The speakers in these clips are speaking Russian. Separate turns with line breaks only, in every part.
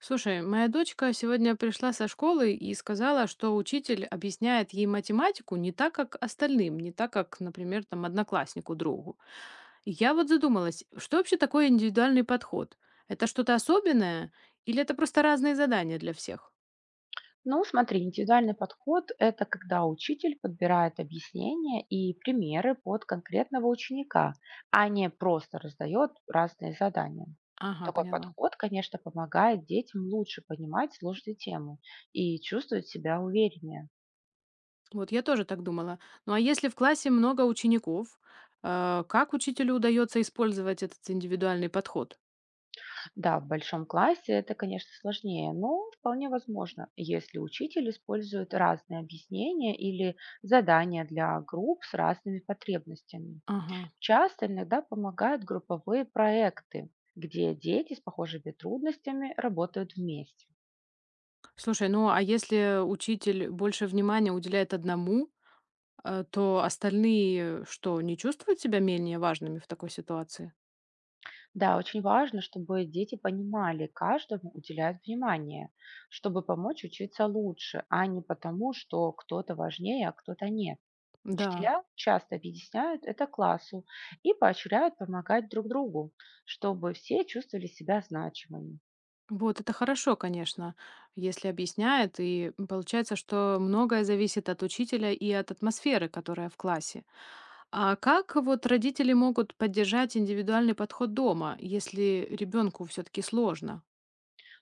Слушай, моя дочка сегодня пришла со школы и сказала, что учитель объясняет ей математику не так, как остальным, не так, как, например, там, однокласснику другу. И я вот задумалась, что вообще такое индивидуальный подход? Это что-то особенное или это просто разные задания для всех?
Ну, смотри, индивидуальный подход– это когда учитель подбирает объяснения и примеры под конкретного ученика, а не просто раздает разные задания.
Ага,
Такой
поняла.
подход, конечно, помогает детям лучше понимать сложные темы и чувствовать себя увереннее.
Вот я тоже так думала. Ну а если в классе много учеников, как учителю удается использовать этот индивидуальный подход?
Да, в большом классе это, конечно, сложнее, но вполне возможно, если учитель использует разные объяснения или задания для групп с разными потребностями.
Ага.
Часто иногда помогают групповые проекты, где дети с похожими трудностями работают вместе.
Слушай, ну а если учитель больше внимания уделяет одному, А, то остальные что, не чувствуют себя менее важными в такой ситуации?
Да, очень важно, чтобы дети понимали, каждому уделяют внимание, чтобы помочь учиться лучше, а не потому, что кто-то важнее, а кто-то нет.
Да.
Учителя часто объясняют это классу и поощряют помогать друг другу, чтобы все чувствовали себя значимыми.
Вот это хорошо, конечно, если объясняет. И получается, что многое зависит от учителя и от атмосферы, которая в классе. А как вот родители могут поддержать индивидуальный подход дома, если ребенку все-таки сложно?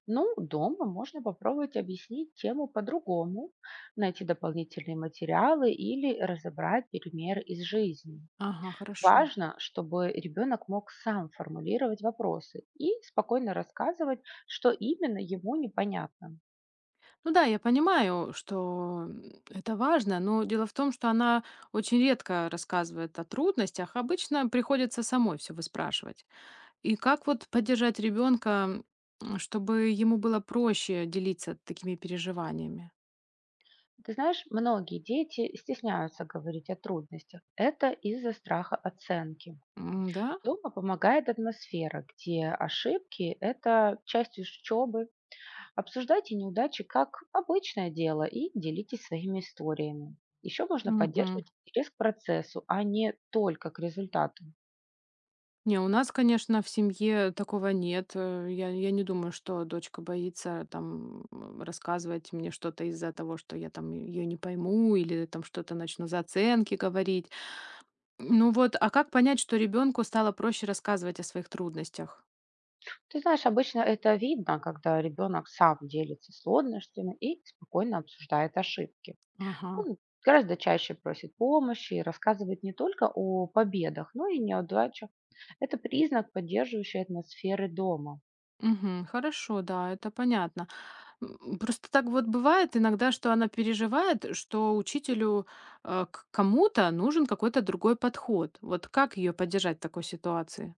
Ну, дома можно попробовать объяснить тему по-другому, найти дополнительные материалы или разобрать пример из жизни.
Ага, хорошо.
Важно, чтобы ребенок мог сам формулировать вопросы и спокойно рассказывать, что именно ему непонятно.
Ну да, я понимаю, что это важно, но дело в том, что она очень редко рассказывает о трудностях, обычно приходится самой все выспрашивать. И как вот поддержать ребенка, чтобы ему было проще делиться такими переживаниями?
Ты знаешь, многие дети стесняются говорить о трудностях. Это из-за страха оценки.
М, да?
Дома помогает атмосфера, где ошибки– это часть учебы. Обсуждайте неудачи как обычное дело и делитесь своими историями. Еще можно
Мгм.
поддерживать интерес к процессу, а не только к результату.
Не, у нас, конечно, в семье такого нет. Я не думаю, что дочка боится там рассказывать мне что-то из-за того, что я там ее не пойму или там что-то начну за оценки говорить. Ну вот, а как понять, что ребенку стало проще рассказывать о своих трудностях?
Ты знаешь, обычно это видно, когда ребенок сам делится сложностями и спокойно обсуждает ошибки.
Ага.
Он гораздо чаще просит помощи и рассказывает не только о победах, но и неудачах. Это признак поддерживающей атмосферы дома.
Мгм. Хорошо, да, это понятно. Просто так вот бывает иногда, что она переживает, что учителю к кому-то нужен какой-то другой подход. Вот как ее поддержать в такой ситуации?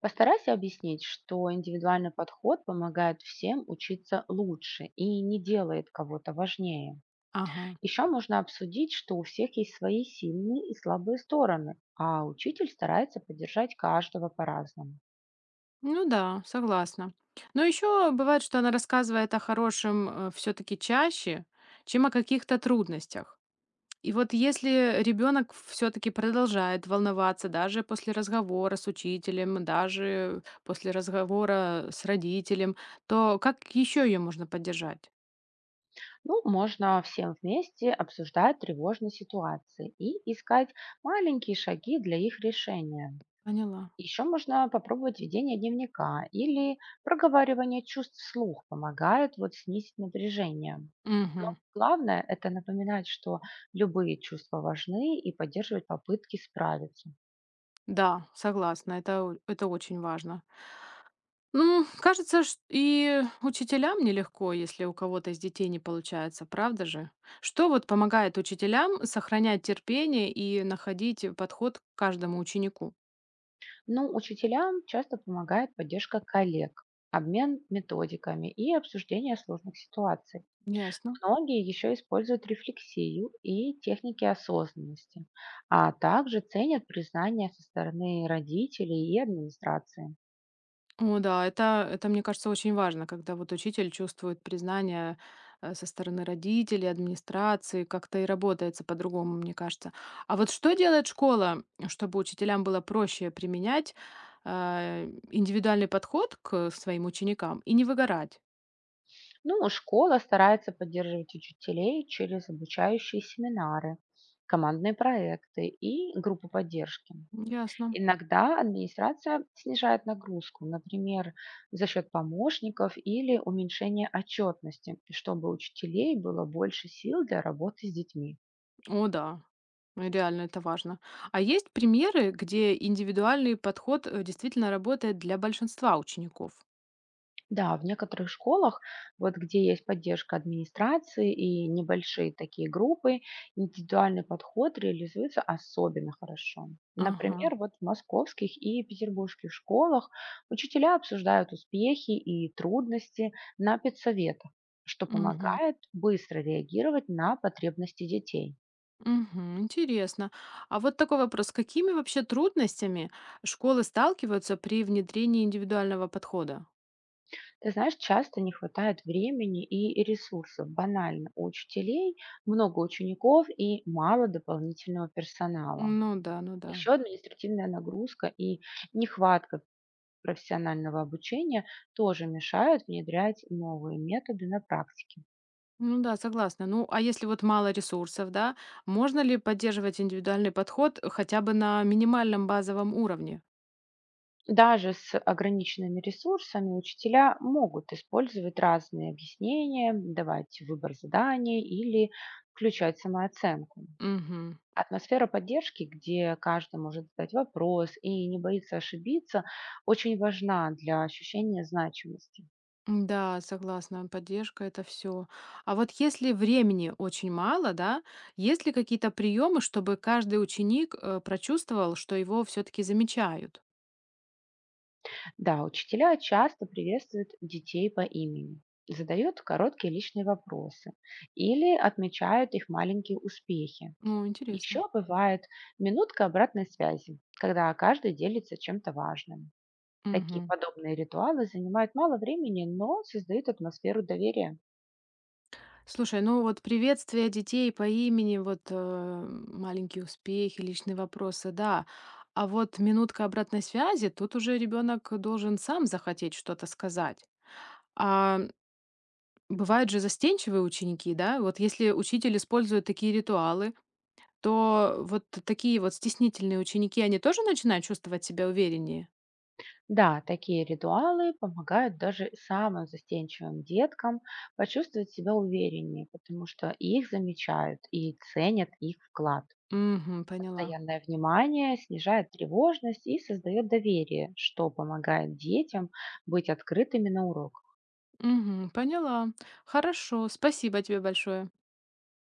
Постарайся объяснить, что индивидуальный подход помогает всем учиться лучше и не делает кого-то важнее.
Ага.
Еще можно обсудить, что у всех есть свои сильные и слабые стороны, а учитель старается поддержать каждого по-разному.
Ну да, согласна. Но еще бывает, что она рассказывает о хорошем все-таки чаще, чем о каких-то трудностях. И вот если ребенок все-таки продолжает волноваться даже после разговора с учителем, даже после разговора с родителем, то как еще ее можно поддержать?
Ну, можно всем вместе обсуждать тревожные ситуации и искать маленькие шаги для их решения.
Поняла.
Еще можно попробовать ведение дневника или проговаривание чувств вслух помогает вот снизить напряжение. Но
Мгм.
главное– это напоминать, что любые чувства важны и поддерживать попытки справиться.
Да, согласна, это, это очень важно. Ну, кажется, и учителям нелегко, если у кого-то из детей не получается, правда же? Что вот помогает учителям сохранять терпение и находить подход к каждому ученику?
Ну, учителям часто помогает поддержка коллег, обмен методиками и обсуждение сложных ситуаций.
Ясно.
Многие еще используют рефлексию и техники осознанности, а также ценят признание со стороны родителей и администрации.
О да, это, мне кажется, очень важно, когда вот учитель чувствует признание, со стороны родителей, администрации, как-то и работается по-другому, мне кажется. А вот что делает школа, чтобы учителям было проще применять, а, индивидуальный подход к своим ученикам и не выгорать?
Ну, школа старается поддерживать учителей через обучающие семинары, командные проекты и группы поддержки.
Ясно.
Иногда администрация снижает нагрузку, например, за счет помощников или уменьшения отчетности, чтобы у учителей было больше сил для работы с детьми.
О да, ну, реально это важно. А есть примеры, где индивидуальный подход, действительно работает для большинства учеников?
Да, в некоторых школах, вот где есть поддержка администрации и небольшие такие группы, индивидуальный подход реализуется особенно хорошо.
Ага,
Например, вот в московских и петербургских школах учителя обсуждают успехи и трудности на педсоветах, что
мгм.
помогает быстро реагировать на потребности детей.
Мгм. Интересно. А вот такой вопрос. С какими вообще трудностями школы сталкиваются при внедрении индивидуального подхода?
Ты знаешь, часто не хватает времени и ресурсов. Банально у учителей много учеников и мало дополнительного персонала.
Ну да, ну да.
Еще административная нагрузка и нехватка профессионального обучения тоже мешают внедрять новые методы на практике.
Ну да, согласна. Ну, а если вот мало ресурсов, да, можно ли поддерживать индивидуальный подход хотя бы на минимальном базовом уровне?
Даже с ограниченными ресурсами учителя могут использовать разные объяснения, давать выбор заданий или включать самооценку.
Мгм.
Атмосфера поддержки, где каждый может задать вопрос и не боится ошибиться, очень важна для ощущения значимости.
Да, согласна, поддержка это все. А вот если времени очень мало, да, есть ли какие-то приемы, чтобы каждый ученик прочувствовал, что его все-таки замечают?
Да, учителя часто приветствуют детей по имени, задают короткие личные вопросы или отмечают их маленькие успехи.
Ну,
Еще
интересно.
бывает минутка обратной связи, когда каждый делится чем-то важным. Такие
Мгм.
подобные ритуалы занимают мало времени, но создают атмосферу доверия.
Слушай, ну вот приветствие детей по имени, вот маленькие успехи, личные вопросы, да. А вот минутка обратной связи, тут уже ребенок должен сам захотеть что-то сказать. А бывают же застенчивые ученики, да? Вот если учитель использует такие ритуалы, то вот такие вот стеснительные ученики, они тоже начинают чувствовать себя увереннее?
Да, такие ритуалы помогают даже самым застенчивым деткам почувствовать себя увереннее, потому что их замечают и ценят их вклад.
Угу, поняла.
Постоянное внимание снижает тревожность и создает доверие, что помогает детям быть открытыми на урок.
Угу, поняла. Хорошо, спасибо тебе большое.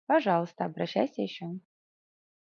Пожалуйста, обращайся еще.